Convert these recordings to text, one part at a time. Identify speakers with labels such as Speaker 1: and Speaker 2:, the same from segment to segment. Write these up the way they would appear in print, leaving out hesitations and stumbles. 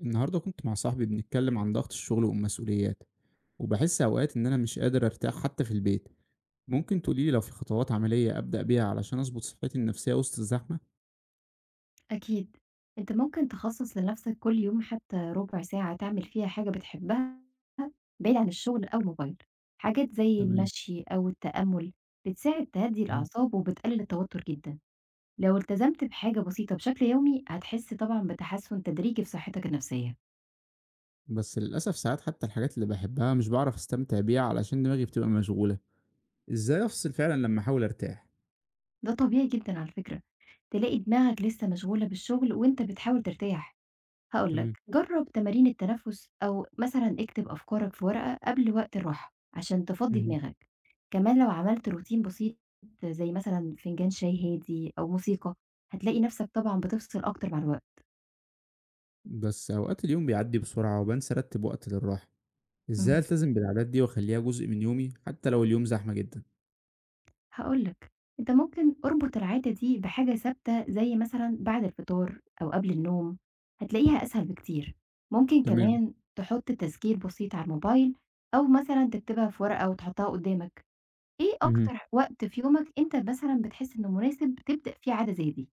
Speaker 1: النهاردة كنت مع صاحبي بنتكلم عن ضغط الشغل والمسؤوليات، وبحس أوقات إن أنا مش قادر أرتاح حتى في البيت. ممكن تقوليلي لو في خطوات عملية أبدأ بيها علشان أظبط صحتي النفسية وسط الزحمة؟
Speaker 2: أكيد. أنت ممكن تخصص لنفسك كل يوم حتى ربع ساعة تعمل فيها حاجة بتحبها بعيد عن الشغل أو الموبايل. حاجات زي
Speaker 1: تمام.
Speaker 2: المشي أو التأمل بتساعد تهدي
Speaker 1: مم.
Speaker 2: الأعصاب وبتقلل التوتر جدا. لو التزمت بحاجة بسيطة بشكل يومي هتحس طبعا بتحسن تدريجي في صحتك النفسية.
Speaker 1: بس للأسف ساعات حتى الحاجات اللي بحبها مش بعرف أستمتع بيها علشان دماغي بتبقى مشغولة. إزاي أفصل فعلا لما أحاول أرتاح؟
Speaker 2: ده طبيعي جدا على فكرة، تلاقي دماغك لسه مشغولة بالشغل وانت بتحاول ترتاح. هاقول
Speaker 1: تمام.
Speaker 2: لك، جرّب تمارين التنفس أو مثلًا اكتب أفكارك في ورقة قبل وقت الراحة عشان تفضّي
Speaker 1: مم.
Speaker 2: دماغك. كمان لو عملت روتين بسيط زي مثلًا فنجان شاي هادي أو موسيقى، هتلاقي نفسك طبعًا بتفصل أكتر مع الوقت.
Speaker 1: بس أوقات اليوم بيعدي بسرعة وبنسى أرتب وقت للراحة. إزاي
Speaker 2: اهم.
Speaker 1: ألتزم بالعادات دي وأخليها جزء من يومي حتى لو اليوم زحمة جدا؟
Speaker 2: هاقول لك، أنت ممكن اربط العادة دي بحاجة ثابتة زي مثلًا بعد الفطار أو قبل النوم، هتلاقيها أسهل بكتير. ممكن
Speaker 1: تمام.
Speaker 2: كمان تحط تذكير بسيط على الموبايل أو مثلًا تكتبها في ورقة وتحطها قدّامك. إيه
Speaker 1: مهم.
Speaker 2: أكتر وقت في يومك أنت مثلًا بتحس إنه مناسب تبدأ فيه عادة زي دي؟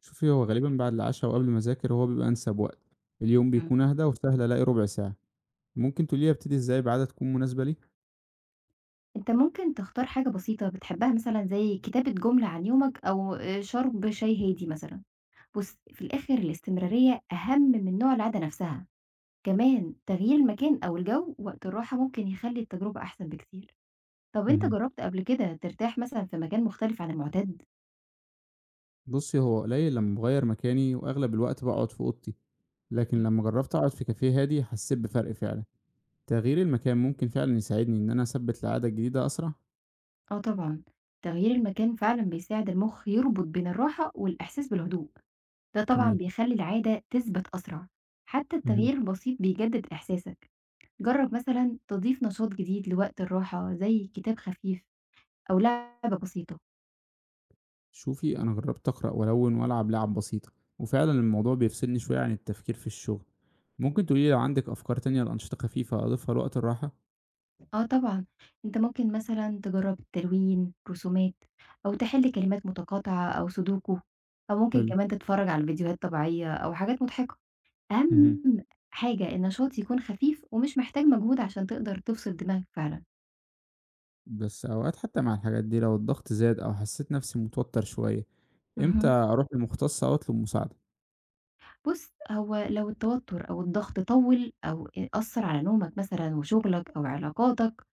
Speaker 1: شوفي، هو غالبا بعد العشاء وقبل ما اذاكر هو بيبقى انسب وقت. اليوم
Speaker 2: إمم.
Speaker 1: بيكون اهدى وسهل الاقي ربع ساعه. ممكن تقولي ابتدي ازاي بعادة تكون مناسبه لي.
Speaker 2: أنت ممكن تختار حاجة بسيطة بتحبها مثلًا زي كتابة جملة عن يومك أو شرب شاي هادي مثلًا. بُص، في الآخر الاستمرارية أهم من نوع العادة نفسها، كمان تغيير المكان أو الجو وقت الراحة ممكن يخلّي التجربة أحسن بكتير. طب أنت
Speaker 1: مهم.
Speaker 2: جرّبت قبل كده ترتاح مثلًا في مكان مختلف عن المعتاد؟
Speaker 1: بصي، هو قليل لما بغير مكاني واغلب الوقت بقعد في اوضتي، لكن
Speaker 2: إمم.
Speaker 1: لما جربت اقعد في كافيه هادي حسيت بفرق فعلا. تغيير المكان ممكن فعلا يساعدني ان انا اثبت العاده الجديده اسرع.
Speaker 2: آه طبعًا، تغيير المكان فعلًا بيساعد المخ يربط بين الراحة والإحساس بالهدوء. ده طبعًا
Speaker 1: تمام.
Speaker 2: بيخلّي العادة تثبت أسرع، حتى
Speaker 1: مهم.
Speaker 2: التغيير البسيط بيجدد إحساسك. جرّب مثلًا تضيف نشاط جديد لوقت الراحة زي كتاب خفيف أو لعبة بسيطة.
Speaker 1: شوفي، انا جربت اقرا والون والعب لعب بسيطه، وفعلا الموضوع بيفصلني شويه عن التفكير في الشغل. ممكن تقولي لو عندك افكار تانية لانشطه خفيفه اضيفها لوقت الراحه.
Speaker 2: آه طبعًا، أنت ممكن مثلًا تجرّب التلوين، رسومات أو تحل كلمات متقاطعة أو سودوكو، أو ممكن
Speaker 1: حلو.
Speaker 2: كمان تتفرّج على فيديوهات طبيعية أو حاجات مضحكة.
Speaker 1: مهم.
Speaker 2: أهم حاجة النشاط يكون خفيف ومش محتاج مجهود عشان تقدر تفصل دماغك فعلًا.
Speaker 1: بس أوقات حتى مع الحاجات دي لو الضغط زاد أو حسيت نفسي متوتر شوية، إمتى
Speaker 2: اهم.
Speaker 1: أروح لمختص أو أطلب مساعدة؟
Speaker 2: بُص، هو لو التوتر أو الضغط طوِّل أو أ أثّر على نومك مثلًا وشغلك أو علاقاتك،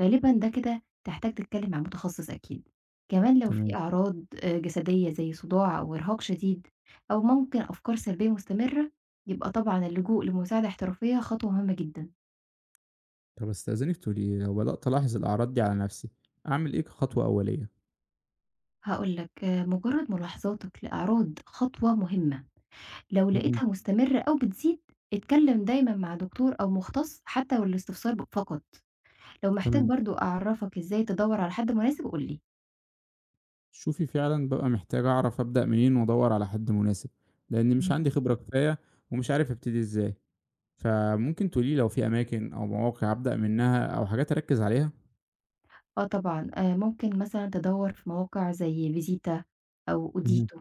Speaker 2: غالبًا ده كده تحتاج تتكلم مع متخصص أكيد. كمان لو في
Speaker 1: تمام.
Speaker 2: أعراض جسدية زي صداع أو إرهاق شديد أو ممكن أفكار سلبية مستمرة، يبقى طبعًا اللجوء لمساعدة احترافية خطوة مهمة جدًا.
Speaker 1: طب استأذنك تقولي إيه؟ لو بدأت ألاحظ الأعراض دي على نفسي، أعمل إيه كخطوة أولية؟
Speaker 2: هاقول لك، مجرد ملاحظاتك لأعراض خطوة مهمة، لو
Speaker 1: اهم.
Speaker 2: لقيتها مستمرة أو بتزيد، اتكلم دايمًا مع دكتور أو مختص حتى لو الاستفسار فقط. لو محتاج
Speaker 1: تمام.
Speaker 2: برضه أعرّفك إزاي تدوّر على حد مناسب قُل لي.
Speaker 1: شوفي، فعلًا بابقى محتاج أعرف أبدأ منين وأدوّر على حد مناسب، لأن مش
Speaker 2: إمم.
Speaker 1: عندي خبرة كفاية ومش عارف أبتدي إزاي، فممكن تقولي لي لو في أماكن أو مواقع أبدأ منها أو حاجات أركّز عليها؟
Speaker 2: آه طبعًا، ممكن مثلًا تدوّر في مواقع زي فيزيتا أو
Speaker 1: اهم.
Speaker 2: أوديتو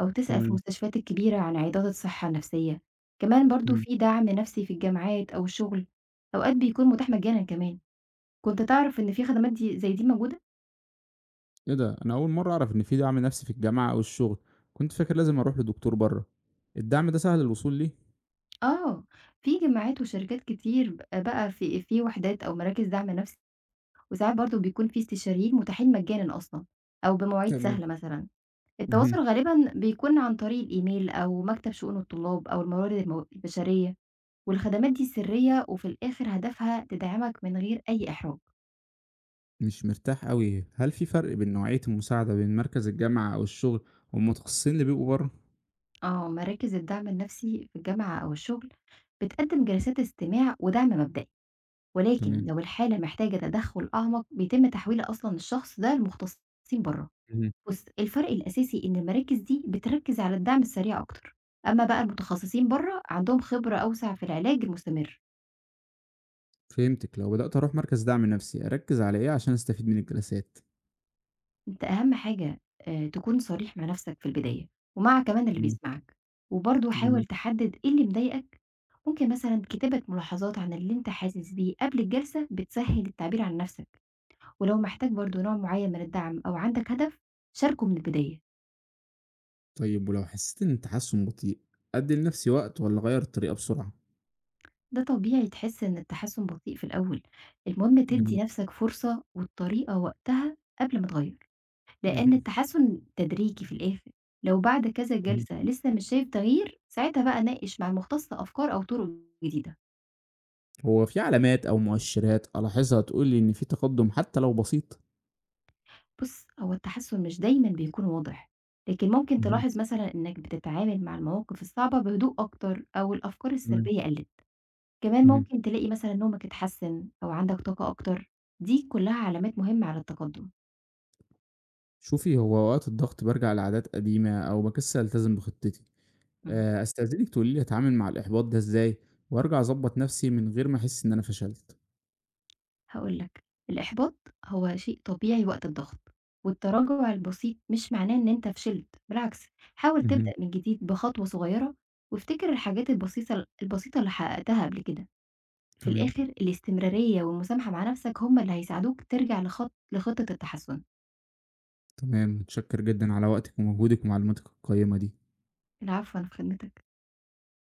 Speaker 2: أو تسأل في
Speaker 1: تمام.
Speaker 2: المستشفيات الكبيرة عن عيادات الصحة النفسية، كمان برضه
Speaker 1: إمم.
Speaker 2: في دعم نفسي في الجامعات أو الشغل، أوقات بيكون متاح مجانًا كمان. كنت تعرف إن في خدمات دي زي دي موجودة؟
Speaker 1: إيه ده! أنا أول مرّة أعرف إن في دعم نفسي في الجامعة أو الشغل، كنت فاكر لازم أروح لدكتور برّه. الدعم ده سهل الوصول ليه؟
Speaker 2: آه، في جامعات وشركات كتير بقى في وحدات أو مراكز دعم نفسي، وساعات برضه بيكون في استشاريين متاحين مجانًا أصلًا أو بمواعيد
Speaker 1: تمام.
Speaker 2: سهلة مثلًا.
Speaker 1: اهم.
Speaker 2: التواصل غالبًا بيكون عن طريق الإيميل أو مكتب شؤون الطلاب أو الموارد البشرية، والخدمات دي سرية وفي الآخر هدفها تدعمك من غير أي إحراج.
Speaker 1: مش مرتاح أوي، هل في فرق بين نوعية المساعدة بين مركز الجامعة أو الشغل والمتخصصين اللي بيبقوا برّه؟
Speaker 2: آه، مراكز الدعم النفسي في الجامعة أو الشغل بتقدم جلسات استماع ودعم مبدئي، ولكن
Speaker 1: تمام.
Speaker 2: لو الحالة محتاجة تدخل أعمق بيتم تحويل أصلًا الشخص ده لمختصين بره.
Speaker 1: اهم.
Speaker 2: بُص، الفرق الأساسي إن المراكز دي بتركز على الدعم السريع أكتر، أما بقى المتخصصين بره عندهم خبرة أوسع في العلاج المستمر.
Speaker 1: فهمتك، لو بدأت أروح مركز دعم نفسي، أركز على إيه عشان أستفيد من الجلسات؟
Speaker 2: أنت أهم حاجة تكون صريح مع نَفْسك في البداية، ومع كمان اللي
Speaker 1: إمم.
Speaker 2: بيسمعك، وبرضه حاول
Speaker 1: جميل.
Speaker 2: تحدد إيه اللي مضايقك. ممكن مثلًا كتابة ملاحظات عن اللي أنت حاسس بيه قبل الجلسة بتسهّل التعبير عن نَفْسك، ولو محتاج برضه نوع معيّن من الدعم أو عندك هدف شاركه من البداية.
Speaker 1: طيب ولو حسيت إن التحسن بطيء، أدّي لنفسي وقت والّا أغيّر الطريقة بسرعة؟
Speaker 2: ده طبيعي تحس إن التحسّن بطيء في الأول، المهم
Speaker 1: جميل.
Speaker 2: تدّي نَفْسك فرصة والطريقة وقتها قبل ما تغيّر. لأن التحسن تدريجي في الآخر، لو بعد كذا
Speaker 1: اهم.
Speaker 2: جلسة لسه مش شايف تغيير، ساعتها بقى ناقش مع المختص أفكار أو طرق جديدة.
Speaker 1: هو في علامات أو مؤشرات ألاحظها تقول لي إن في تقدم حتى لو بسيط؟
Speaker 2: بُص، هو التحسن مش دايمًا بيكون واضح، لكن ممكن
Speaker 1: مهم.
Speaker 2: تلاحظ مثلًا إنك بتتعامل مع المواقف الصعبة بهدوء أكتر أو الأفكار
Speaker 1: تمام.
Speaker 2: السلبية قلِّت. كمان
Speaker 1: مهم.
Speaker 2: ممكن تلاقي مثلًا نومك اتحسن أو عندك طاقة أكتر، دي كلها علامات مهمة على التقدم.
Speaker 1: شوفي، هو وقت الضغط برجع لعادات قديمة أو بكسل ألتزم بخطتي.
Speaker 2: اهم.
Speaker 1: آه، أستأذنك تقولي لي أتعامل مع الإحباط ده إزاي وأرجع أظبط نفسي من غير ما أحس إن أنا فشلت.
Speaker 2: هاقول لك، الإحباط هو شيء طبيعي وقت الضغط، والتراجع البسيط مش معناه إن أنت فشلت، بالعكس حاول
Speaker 1: مهم.
Speaker 2: تبدأ من جديد بخطوة صغيرة، وافتكر الحاجات البسيطة اللي حققتها قبل كده. في
Speaker 1: تمام.
Speaker 2: الآخر الاستمرارية والمسامحة مع نفسك هم اللي هيساعدوك ترجع لخطة التحسّن.
Speaker 1: تمام، متشكر جدا على وقتك ومجهودك ومعلوماتك القيمة دي.
Speaker 2: العفو، أنا في خدمتك.